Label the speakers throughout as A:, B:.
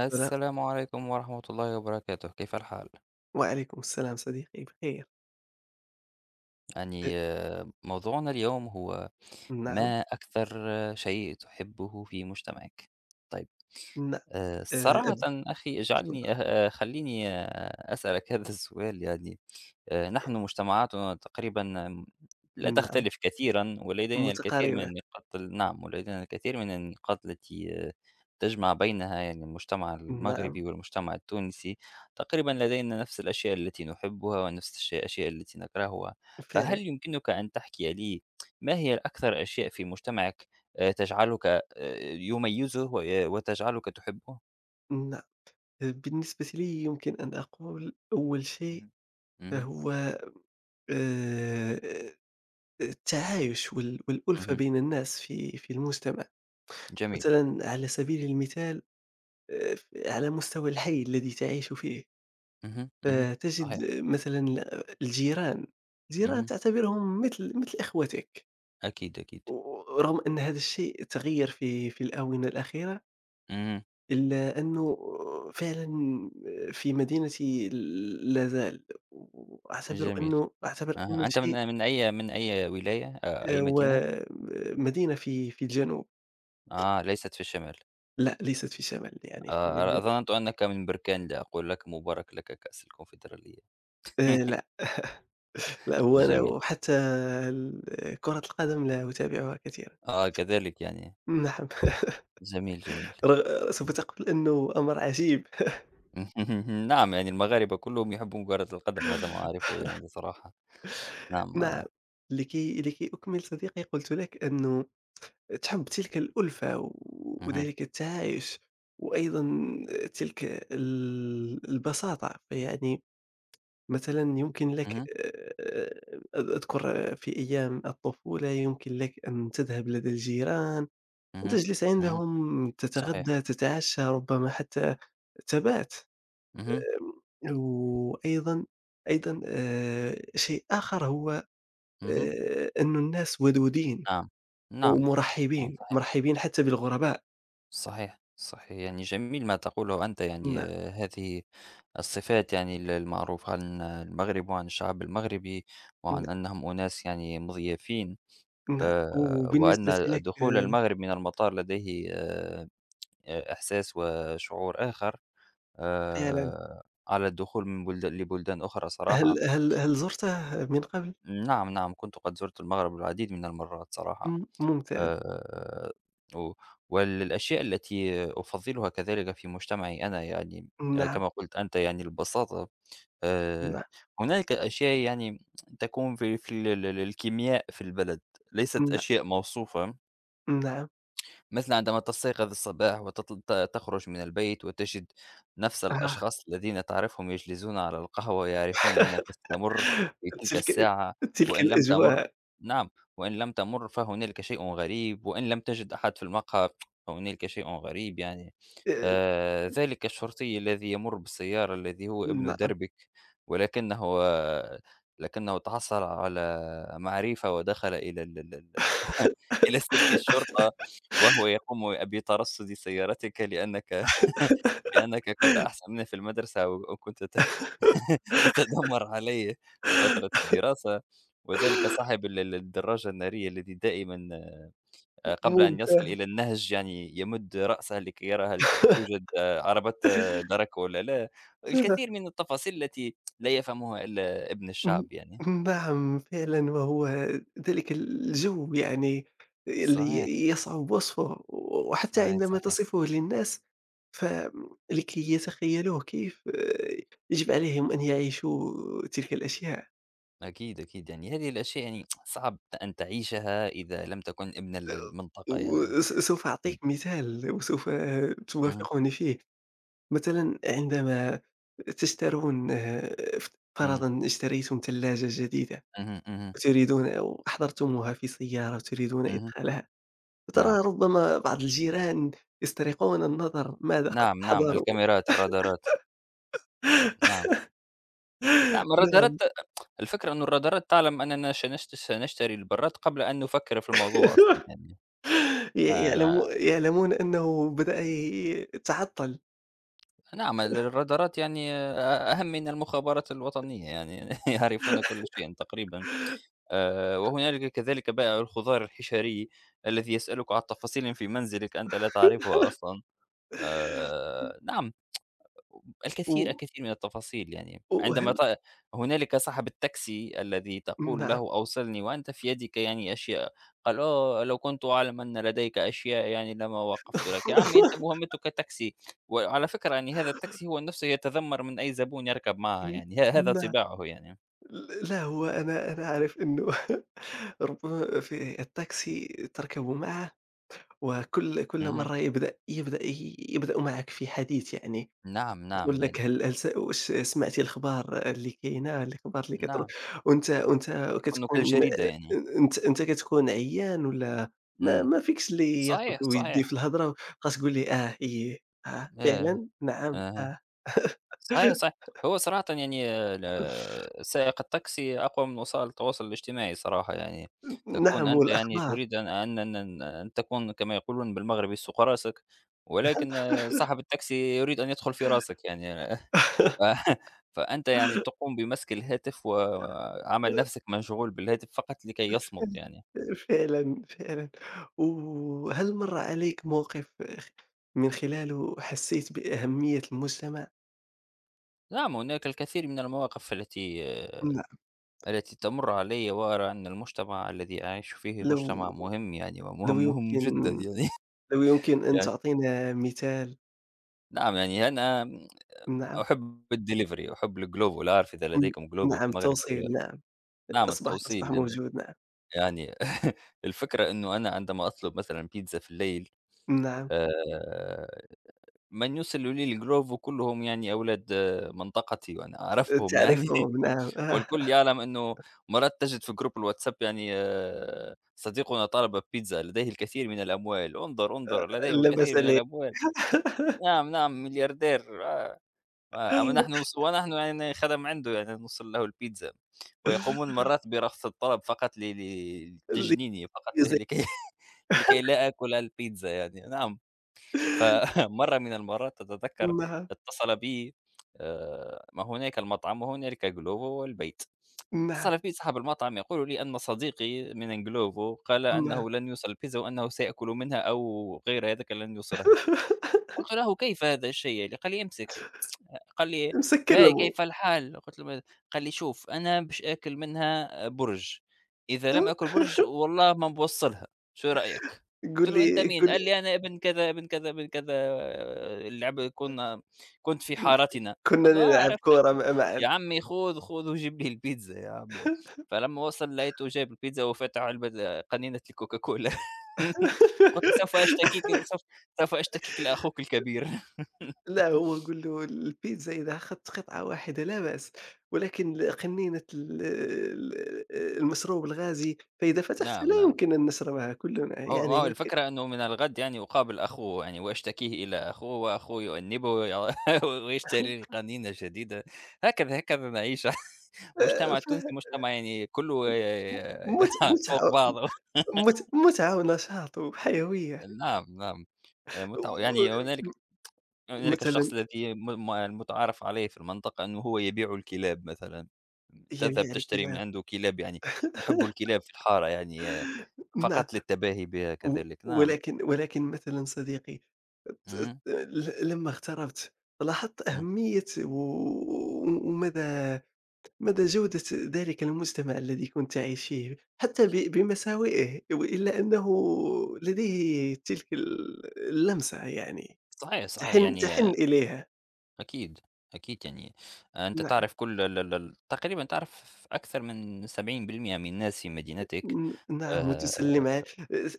A: السلام
B: عليكم ورحمة الله وبركاته، كيف الحال؟
A: وعليكم السلام صديقي بخير. أ
B: يعني موضوعنا اليوم هو
A: نعم،
B: ما أكثر شيء تحبه في مجتمعك؟ طيب،
A: ن أب
B: صراحة أخي اجعلني
A: تفضّل.
B: خليني أسألك هذا السؤال يعني. نحن مجتمعاتنا تقريبًا لا
A: نعم،
B: تختلف كثيرًا، ولدينا الكثير من
A: متقاربة،
B: النقاط نعم، ولدينا الكثير من النقاط التي تجمع بينها يعني المجتمع
A: نعم،
B: المغربي والمجتمع التونسي، تقريبًا لدينا نفس الأشياء التي نحبها ونفس الأشياء التي نكرهها،
A: فعلًا،
B: فهل يمكنك أن تحكي لي ما هي الأكثر أشياء في مجتمعك تجعلك يميزه وتجعلك تحبه؟
A: نعم. بالنسبة لي يمكن أن أقول أول شيء
B: اهم، اهم،
A: هو آآ التعايش والألفة
B: اهم،
A: بين الناس في المجتمع.
B: جميل.
A: مثلًا على سبيل المثال، ف على مستوى الحي الذي تعيش فيه،
B: اهم، اهم، صحيح.
A: فتجد مثلًا الجيران، الجيران
B: اهم،
A: تعتبرهم مثل إخوتك.
B: أكيد، أكيد.
A: و رغم أن هذا الشيء تغيّر في الآونة الأخيرة،
B: اهم،
A: إلا أنه فعلًا في مدينتي لا زال، وأعتبر
B: جميل.
A: أنه أعتبر أنه
B: أها، أنت
A: شيء.
B: من أي ولاية، أي
A: هو
B: مدينة؟
A: مدينة في الجنوب،
B: ليست في الشمال.
A: لأ ليست في الشمال، يعني في الجنوب.
B: ظننت أنك من بركان، لأقول لك مبارك لك كأس الكونفدرالية.
A: لأ، لأ، هو أنا،
B: جميل.
A: وحتى ال كرة القدم لا أتابعها كثيرًا.
B: كذلك يعني.
A: نعم.
B: جميل، جميل.
A: سوف تقول أنه أمر عجيب.
B: نعم، يعني المغاربة كلهم يحبون كرة القدم، هذا ما أعرفه يعني صراحة. نعم،
A: نعم،
B: آه.
A: لكي أكمل صديقي، قلت لك أنه تحب تلك الألفة
B: اهم،
A: وذلك التعايش، وأيضًا تلك البساطة، فيعني مثلًا يمكن لك،
B: اهم،
A: أذ أذكر في أيام الطفولة، يمكن لك أن تذهب لدى الجيران، أن
B: اهم،
A: تجلس
B: اهم،
A: عندهم،
B: صحيح.
A: تتغدى، تتعشى، ربما حتى تبات.
B: اهم،
A: وأيضًا، شيء آخر هو
B: اهم،
A: أنه الناس ودودين
B: نعم، نعم، نعم،
A: ومرحبين،
B: صحيح.
A: مرحبين حتى بالغرباء.
B: صحيح، صحيح. يعني جميل ما تقوله أنت،
A: نعم.
B: يعني هذه الصفات يعني المعروفة عن المغرب وعن الشعب المغربي وعن أنهم أناس يعني مضيافين،
A: نعم،
B: وأن
A: وبالنسبة لك
B: دخول
A: آه،
B: المغرب من المطار لديه إحساس وشعور آخر
A: فعلًا.
B: آآ على الدخول من لبلدان أخرى صراحة.
A: هل زرته من قبل؟
B: نعم، نعم، كنت قد زُرت المغرب العديد من المرات صراحة.
A: ممتاز.
B: آآ و وللأشياء التي أفضّلها كذلك في مجتمعي أنا، يعني
A: نعم،
B: كما قُلت أنت يعني البساطة. آآ
A: نعم،
B: هناك أشياء يعني تكون في ال الكيمياء في البلد، ليست
A: نعم،
B: أشياء موصوفة.
A: نعم.
B: مثل عندما تستيقظ الصباح وتطل ت تخرج من البيت وتجد نفس
A: آه.
B: الأشخاص الذين تعرفهم يجلسون على القهوة ويعرفون أنك ستمُر في تلك
A: تلك
B: الساعة،
A: تلك
B: وإن لم تمُر،
A: الأجواء.
B: نعم، وإن لم تمُر فهنالك شيء غريب، وإن لم تجد أحد في المقهى فهنالك شيء غريب يعني.
A: آآ
B: ذلك الشرطي الذي يمُر بالسيارة الذي هو ابن
A: نعم.
B: دربك، ولكنه لكنه تحصل على معرفة ودخل إلى ال ال ال إلى سلك الشرطة. وهو يقوم بترصد سيارتك لأنك لأنك كنت أحسن مني في المدرسة وكنت تتذمر علي في فترة الدراسة، وذلك صاحب ال الدراجة النارية الذي دائمًا قبل أن يصل
A: ممتاز.
B: إلى النهج يعني يمد رأسه لكي يرى هل توجد عربات درك والّا لا، الكثير من التفاصيل التي لا يفهمها إلا ابن
A: ن
B: الشعب يعني.
A: نعم، فعلًا. وهو ذلك الجو يعني الذي
B: صحيح،
A: يصعب وصفه، وحتى
B: صحيح،
A: عندما
B: صحيح.
A: تصفه للناس، ف لكي يتخيلوه كيف آه، يجب عليهم أن يعيشوا تلك الأشياء.
B: أكيد، أكيد، يعني هذه الأشياء يعني صعب أن تعيشها إذا لم تكن ابنًا للمنطقة يعني.
A: سوف أعطيك
B: إمم.
A: مثال، وسوف
B: اهم،
A: توافقني فيه. مثلًا عندما تشترون، ف
B: إمم،
A: فرضًا اشتريتم ثلاجة جديدة،
B: اهم، اهم،
A: وتريدون، أو أحضرتموها في سيارة وتريدون
B: اهم،
A: إدخالها،
B: نعم،
A: ترى ربما بعض الجيران يسترقون النظر ماذا قد
B: نعم، نعم،
A: أحضروا.
B: الكاميرات، الرادارات، نعم، نعم،
A: نعم.
B: الرادارات. الفكرة إنه الرادارات تعلم أننا سنشتري البراد قبل أن نفكر في الموضوع أصلًا
A: ي يعلمو
B: يعني.
A: يعلمون أنه بدأ يتعطّل.
B: نعم، الرادارات يعني أهم من المخابرات الوطنية يعني يعرفون كل شيء تقريبًا. وهنالك كذلك بائع الخضار الحشري الذي يسألك عن تفاصيل في منزلك أنت لا تعرفها أصلًا. نعم. الكثير،
A: و
B: الكثير من التفاصيل يعني. عندما
A: وهل
B: ت هنالك صاحب التاكسي الذي تقول له:
A: نعم.
B: "أوصلني وأنت في يدك يعني أشياء." قال: لو كنت أعلم أن لديك أشياء يعني لما وقفت لك." يا عمي أنت مهمتك تاكسي، وعلى فكرة يعني هذا التاكسي هو نفسه يتذمر من أي زبون يركب معه
A: ن
B: يعني، هذا
A: نعم.
B: طباعه يعني.
A: لا، هو أنا، أنا عارف إنه ربما في التاكسي تركب معه، وكل
B: اهم.
A: مرّة يبدأ يبدأ معك في حديث يعني.
B: نعم، نعم،
A: يقول لك:
B: يعني
A: هل واش سمعتِ الأخبار اللي كاينة، الأخبار اللي كتروج،
B: نعم،
A: وأنت وأنت
B: يكون
A: كتكون
B: كالجريدة يعني.
A: أنت أنت كتكون عيان، والّا ما
B: إمم.
A: ما فيكش اللي ياخذ
B: صحيح،
A: ويدي في
B: صحيح.
A: الهضرة، وبقى تقول لي آه، إيه، آه،
B: آه،
A: فعلًا، نعم،
B: آه.
A: آه.
B: صحيح، صحيح. هو صراحةً يعني سائق التاكسي أقوى من وسائل التواصل الاجتماعي صراحة يعني، تكون
A: نعم،
B: أنت يعني
A: والأخبار.
B: تريد أن تكون كما يقولون بالمغربي سوق راسك، ولكن صاحب التاكسي يريد أن يدخل في راسك يعني. ف فأنت يعني تقوم بمسك الهاتف وعمل نفسك مشغول بالهاتف فقط لكي يصمت يعني.
A: فعلًا، فعلًا. وهل مَر عليك موقف من خلاله حسيت بأهمية المجتمع؟
B: نعم، هناك الكثير من المواقف التي
A: لأ.
B: تمر علي وأرى أن المجتمع الذي أعيش فيه مجتمع
A: لو
B: مهم يعني
A: لو
B: ومهم مهم
A: يمكن
B: جدا يعني.
A: لو يمكن أن
B: يعني
A: تعطينا مثال.
B: نعم، يعني أنا
A: نعم،
B: أحب الدليفري، أحب الجلوفو، لا أعرف إذا
A: ن
B: لديكم جلوفو في
A: نعم،
B: المغرب أو لا.
A: توصيل، نعم.
B: نعم
A: أصبح
B: التوصيل يعني
A: موجود، نعم.
B: يعني. الفكرة أنه أنا عندما أطلب مثلا بيتزا في الليل،
A: نعم،
B: آه، من يوصل لي الجلوفو كلهم يعني أولاد منطقتي وأنا أعرفهم يعني.
A: تعرفهم، نعم. آه،
B: والكل يعلم أنه مرات تجد في جروب الواتساب يعني صديقنا طلب بيتزا لديه الكثير من الأموال، انظر، انظر لديه
A: لا بأس
B: الكثير من
A: لي.
B: الأموال، نعم، نعم، ملياردير. أما نحن ونحن يعني خدم عنده يعني نوصل له البيتزا، ويقومون مرات برفض الطلب فقط ل ل
A: اللي
B: لتجنيني فقط
A: يزيد
B: لكي لكي لا آكل البيتزا يعني. نعم، فمرة من المرات أتذكر
A: نعم.
B: اتصل بي ما هناك المطعم وهنالك glovo والبيت.
A: نعم،
B: اتصل بي صاحب المطعم يقول لي أن صديقي من Glovo قال
A: نعم.
B: أنه لن يوصل البيتزا وأنه سيأكل منها أو غير ذلك لن يوصلها. قلت له: "كيف هذا الشيء يعني؟" قال لي: "امسك." قال لي:
A: مسكّن
B: "هاي
A: المو.
B: كيف الحال؟" قلت له: "ماذا؟" قال لي: "شوف أنا باش آكل منها برج، إذا لم آكل برج والله ما نبوّصلها، شو رأيك؟" قلت
A: قُل
B: له:
A: لي
B: "أنت مين؟"
A: قُل لي
B: قال لي: "أنا ابن كذا، ابن كذا، ابن كذا، العب كنا كنت في حارتنا."
A: كنا
B: قلت له: "آه
A: نلعب
B: عرفتك."
A: كورة
B: قلت:
A: معًا.
B: "يا عمي خُذ، خُذ وجيب لي البيتزا يا عمي." فلمّا وصل لقيته جايب البيتزا وفاتح علبة قنينة الCoca Cola. قلت له: سوف أشتكيك لأخوك الكبير."
A: لأ، هو قُل له: "البيتزا إذا أخدت قطعة واحدة لا بأس، ولكن قنينة ال ال المشروب الغازي، فإذا فتحته
B: نعم،
A: لا
B: نعم.
A: يمكن أن نشربها كلنا."
B: هو ما
A: يعني
B: هو
A: هيك.
B: الفكرة أنه من الغد يعني أقابل أخوه يعني وأشتكيه إلى أخوه، وأخوه يؤنبه ويشتري لي قنينة جديدة. هكذا، هكذا نعيش. المجتمع
A: ف
B: التونسي مجتمع يعني كله فوق
A: متعة،
B: بعضه.
A: متعة ونشاط وحيوية.
B: نعم، نعم. يعني هنالك
A: ومثلًا
B: الشخص الذي م م المتعارف عليه في المنطقة أنه هو يبيع الكلاب مثلًا. تذهب
A: يبيع
B: تشتري من
A: الكلاب.
B: عنده كلاب يعني، نحب الكلاب في الحارة يعني.
A: نعم.
B: فقط للتباهي بها
A: و
B: كذلك، نعم.
A: ولكن ولكن مثلًا صديقي،
B: اهم،
A: لمّا اغتربت، لاحظت
B: اهم.
A: أهمية، و ومدى مدى جودة ذلك المجتمع الذي كنت عايش فيه، حتى بمساوئه، إلا أنه لديه تلك اللمسة يعني،
B: صحيح، صحيح،
A: تحن
B: يعني
A: تحن إليها.
B: أكيد، أكيد، يعني أنت
A: نعم،
B: تعرف كل ال ال ال تقريبًا، تعرف أكثر من 70% من الناس في مدينتك.
A: نعم،
B: آآ
A: وتسلم ع،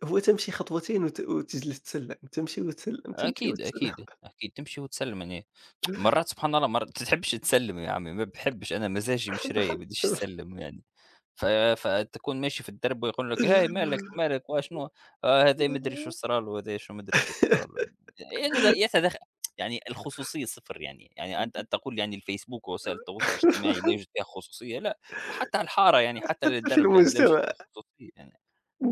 A: هو تمشي خطوتين وتجلس، تسلم، تمشي وتسلم، تمشي
B: أكيد،
A: وتسلم.
B: أكيد، أكيد، تمشي وتسلّم يعني مرات سبحان الله، مرات تحبش تسلّم يا عمي، ما باحبش أنا، مزاجي مش رايق، ما بديش أسلّم يعني، ف فتكون ماشي في الدرب ويقول لك: "هاي مالك، مالك وشنو، آه هذا ما أدري شو صرا له، هذا شو ما أدري شو صرا له." يتد يتدخ يعني الخصوصية صفر يعني، يعني أنت تقول يعني الفيسبوك ووسائل التواصل الاجتماعي لا يوجد فيها خصوصية، لأ، حتى الحارة يعني حتى
A: حتى في
B: للدرب يعني لا يوجد
A: المجتمع،
B: فيها خصوصية يعني.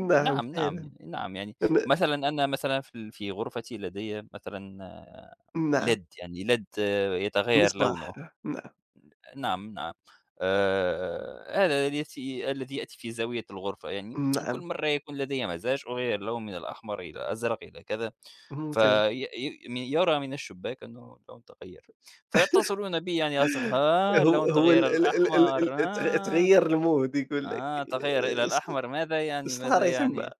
A: نعم
B: نعم، نعم،
A: فعلًا.
B: يعني نعم، يعني
A: ن
B: مثلًا أنا مثلًا في في غرفتي لدي مثلًا
A: نعم،
B: LED يعني LED يتغيّر
A: مصباح،
B: لونه.
A: نعم،
B: نعم، نعم، هذا الذي يأتي في زاوية الغرفة، يعني كل
A: نعم،
B: مرة يكون لدي مزاج أغيّر اللون من الأحمر إلى الأزرق إلى كذا، في
A: ممتاز.
B: ي م يرى من الشباك أنه اللون تغيّر، فيتصلون بي يعني "آه،
A: هو
B: اللون
A: هو ال
B: تغيّر
A: ال ال ال
B: الأحمر،
A: ال ت
B: آه،
A: تغيّر المود يقول لك:
B: آه، تغيّر إلى
A: اس
B: الأحمر، ماذا يعني، ماذا
A: اسهري تما.
B: يعني؟"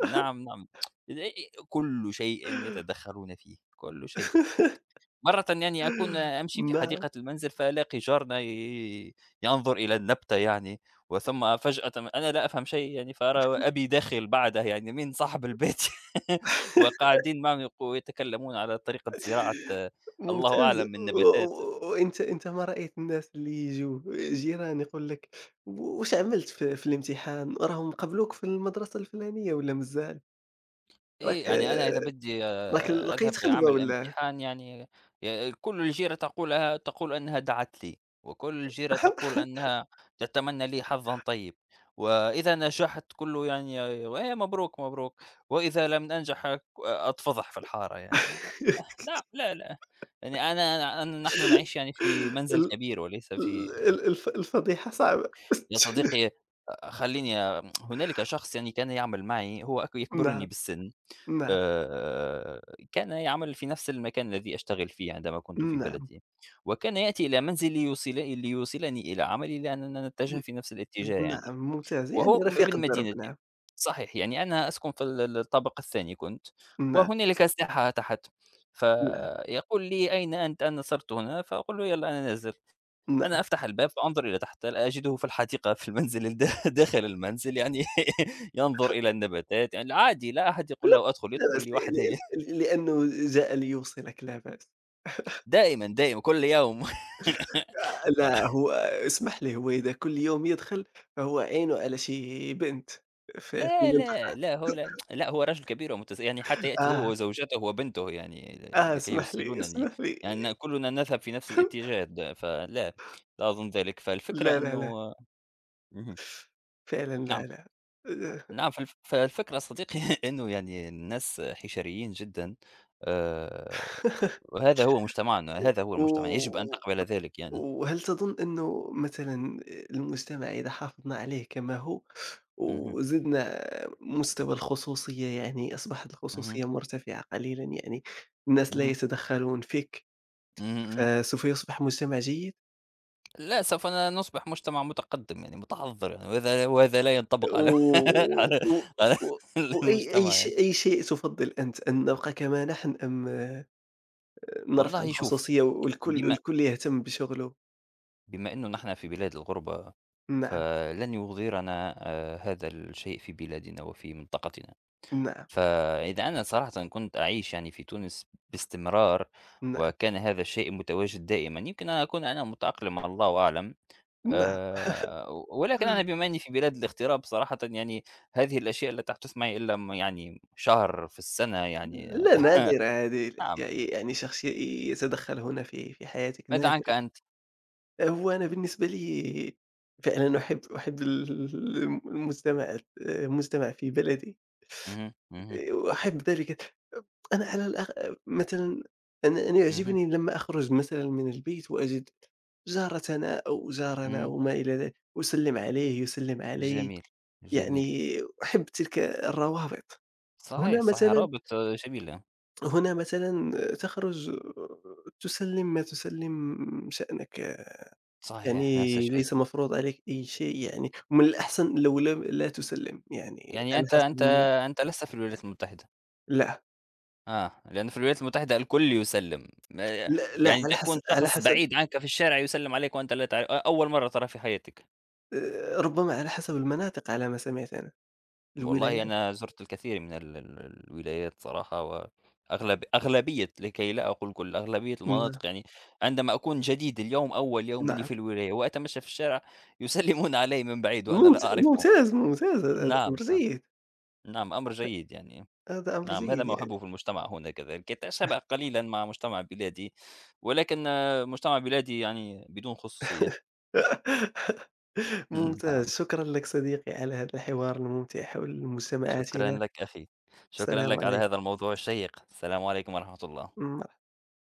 B: نعم، نعم. كل شيء يتدخّلون فيه، كل شيء. مرّة يعني أكون أمشي في
A: نعم.
B: حديقة المنزل فألاقي جارنا ينظر إلى النبتة يعني، وثم فجأةً أنا لا أفهم شيء يعني، فأرى أبي داخل بعده يعني من صاحب البيت وقاعدين معهم يتكلمون على طريقة زراعة، الله
A: ممتاز.
B: أعلم، من
A: و
B: نباتات.
A: و وأنت، ما رأيت الناس اللي ييجوا جيران يقول لك: واش عملت في الامتحان؟ راهم قبلوك في المدرسة الفلانية والّا مازال؟ راك
B: إيه، يعني أنا إذا بدي
A: راك
B: أذهب
A: لقيت خدمة
B: لعمل
A: والّا؟
B: امتحان يعني كل الجيرة تقولها، تقول أنها دعت لي، وكل الجيرة تقول أنها تتمنى لي حظًا طيب، وإذا نجحت كله يعني "إيه مبروك، مبروك." وإذا لم أنجح أتفضح في الحارة يعني. لا، لا، لا، يعني أنا نحن نعيش يعني في منزل
A: ال
B: كبير وليس في،
A: ال ال الف الفضيحة صعبة.
B: يا صديقي، خلّيني. هنالك شخص يعني كان يعمل معي هو
A: نعم،
B: يكبرني بالسن،
A: نعم،
B: آآ كان يعمل في نفس المكان الذي أشتغل فيه عندما كنت في
A: نعم.
B: بلدي، وكان يأتي إلى منزلي يوصل ليوصلني إلى عملي لأننا نتجه في نفس الاتجاه يعني،
A: نعم، ممتاز، يعني
B: وهو ابن
A: رفيق الدرب،
B: مدينتي.
A: نعم.
B: صحيح، يعني أنا أسكن في ال الطابق الثاني كنت،
A: نعم،
B: وهنالك ساحة تحت،
A: نعم،
B: فيقول لي: "أين أنت؟ أنا صرت هنا." فأقول له: "يلّا أنا نازل."
A: نعم،
B: أنا أفتح الباب فأنظر إلى تحت، لا أجده في الحديقة في المنزل، داخل المنزل يعني، ينظر إلى النباتات، يعني عادي لا أحد يقول
A: لا.
B: له أدخل،
A: لا
B: يدخل
A: بأس
B: لوحده.
A: ل ل لأنه جاء ليوصلك، لا بأس.
B: دائمًا، دائمًا كل يوم.
A: لا، هو اسمح لي، هو إذا كل يوم يدخل فهو عينه على شي بنت في
B: لا، لا،
A: المنطقة.
B: لا، هو رجل كبير ومتس يعني، حتى يأتي هو
A: آه،
B: وزوجته وبنته يعني
A: آه،
B: لكي
A: اسمح لي،
B: يوصلونني،
A: اسمح لي.
B: يعني كلنا نذهب في نفس الاتجاه فلا، لا أظن ذلك، فالفكرة
A: لا، لا،
B: إنه
A: لا،
B: اهم،
A: فعلًا، لا،
B: نعم.
A: لا.
B: نعم، فالفكرة صديقي إنه يعني الناس حشريين جدًا، آآ، وهذا هو مجتمعنا، هذا هو
A: و
B: المجتمع، يجب أن
A: و
B: تقبل ذلك يعني.
A: وهل تظن إنه مثلًا المجتمع، إذا حافظنا عليه كما هو،
B: اهم،
A: وزدنا مستوى الخصوصية، يعني أصبحت
B: اهم،
A: الخصوصية مرتفعة قليلًا يعني، الناس لا
B: اهم،
A: يتدخلون فيك،
B: اهم، اهم.
A: فسوف يصبح مجتمع جيد؟
B: لا، سوف نصبح مجتمع متقدم يعني متحضّر يعني، وهذا لا ينطبق على
A: و
B: على
A: و
B: على
A: و وأي
B: المجتمع يعني.
A: شيء، أي شيء تفضل أنت، أن نبقى كما نحن، أم نرفع
B: والله شوف،
A: الخصوصية
B: بما
A: الكل يهتم بشغله؟
B: بما إنه نحن في بلاد الغربة،
A: نعم،
B: فلن يغيرنا، هذا الشيء في بلادنا وفي منطقتنا.
A: نعم،
B: فإذا أنا صراحةً كنت أعيش يعني في تونس باستمرار،
A: نعم،
B: وكان هذا الشيء متواجد دائمًا، يمكن أن أكون أنا متأقلم، الله أعلم.
A: نعم.
B: آآ، ولكن أنا بما أني في بلاد الاغتراب صراحةً يعني هذه الأشياء لا تحدث معي إلا يعني شهر في السنة يعني،
A: لا، نادرة هذه الأشياء،
B: نعم،
A: إيه، يعني شخص يتدخّل هنا في حياتِك،
B: ماذا عنك
A: نادرة.
B: أنت؟
A: هو أنا بالنسبة لي فعلًا أحب المجتمع في بلدي،
B: اهم، اهم،
A: وأحب ذلك. أنا على الأق مثلًا، أنا
B: اهم،
A: يعجبني لمّا أخرج مثلًا من البيت وأجد جارتنا أو جارنا
B: اهم،
A: وما إلى ذلك، أسلّم عليه، يسلّم علي،
B: جميل، جميل،
A: يعني أحب تلك الروابط.
B: صحيح،
A: هنا
B: صحيح،
A: مثلًا،
B: رابط جميل،
A: هنا مثلًا تخرج، تسلِّم ما تسلِّم شأنك، يعني
B: صحيح، نفس الشيء،
A: ليس مفروض عليك أي شيء يعني، ومن الأحسن لو لم لا تسلِّم، يعني
B: يعني
A: على
B: أنت
A: حسب
B: أنت أنت لست في الولايات المتحدة.
A: لأ،
B: لأنه في الولايات المتحدة الكل يسلّم، ما
A: لأ، لأ،
B: يعني تكون
A: على
B: شخص
A: حسب
B: بعيد عنك في الشارع يسلّم عليك وأنت لا تع أ أول مرّة تراه في حياتك،
A: ربما على حسب المناطق على ما سمعت أنا،
B: والله
A: الولايات،
B: أنا زُرت الكثير من ال ال الولايات صراحة، وأغلب، أغلبية لكي لا أقول كل، أغلبية
A: نعم،
B: المناطق يعني عندما أكون جديد اليوم أول يوم لي
A: نعم،
B: في الولاية وأتمشى في الشارع يسلّمون علي من بعيد وأنا
A: ممت
B: لا أعرفهم أصلًا.
A: ممتاز، ممتاز، هذا أمر
B: نعم، نعم،
A: جيد،
B: نعم، أمر جيد يعني.
A: هذا أمر
B: نعم، هذا
A: جيد
B: ما
A: يعني.
B: أحبه في المجتمع هنا كذلك، يتشابه قليلا مع مجتمع بلادي، ولكن مجتمع بلادي يعني بدون خصوصية.
A: ممتاز،
B: نعم.
A: شكرًا لك صديقي على هذا الحوار الممتع حول
B: شكرا
A: مجتمعاتنا.
B: لك أخي، شكرا
A: سلام
B: لك على هذا
A: عليكم.
B: الموضوع الشيق. السلام عليكم ورحمة الله.
A: إمم.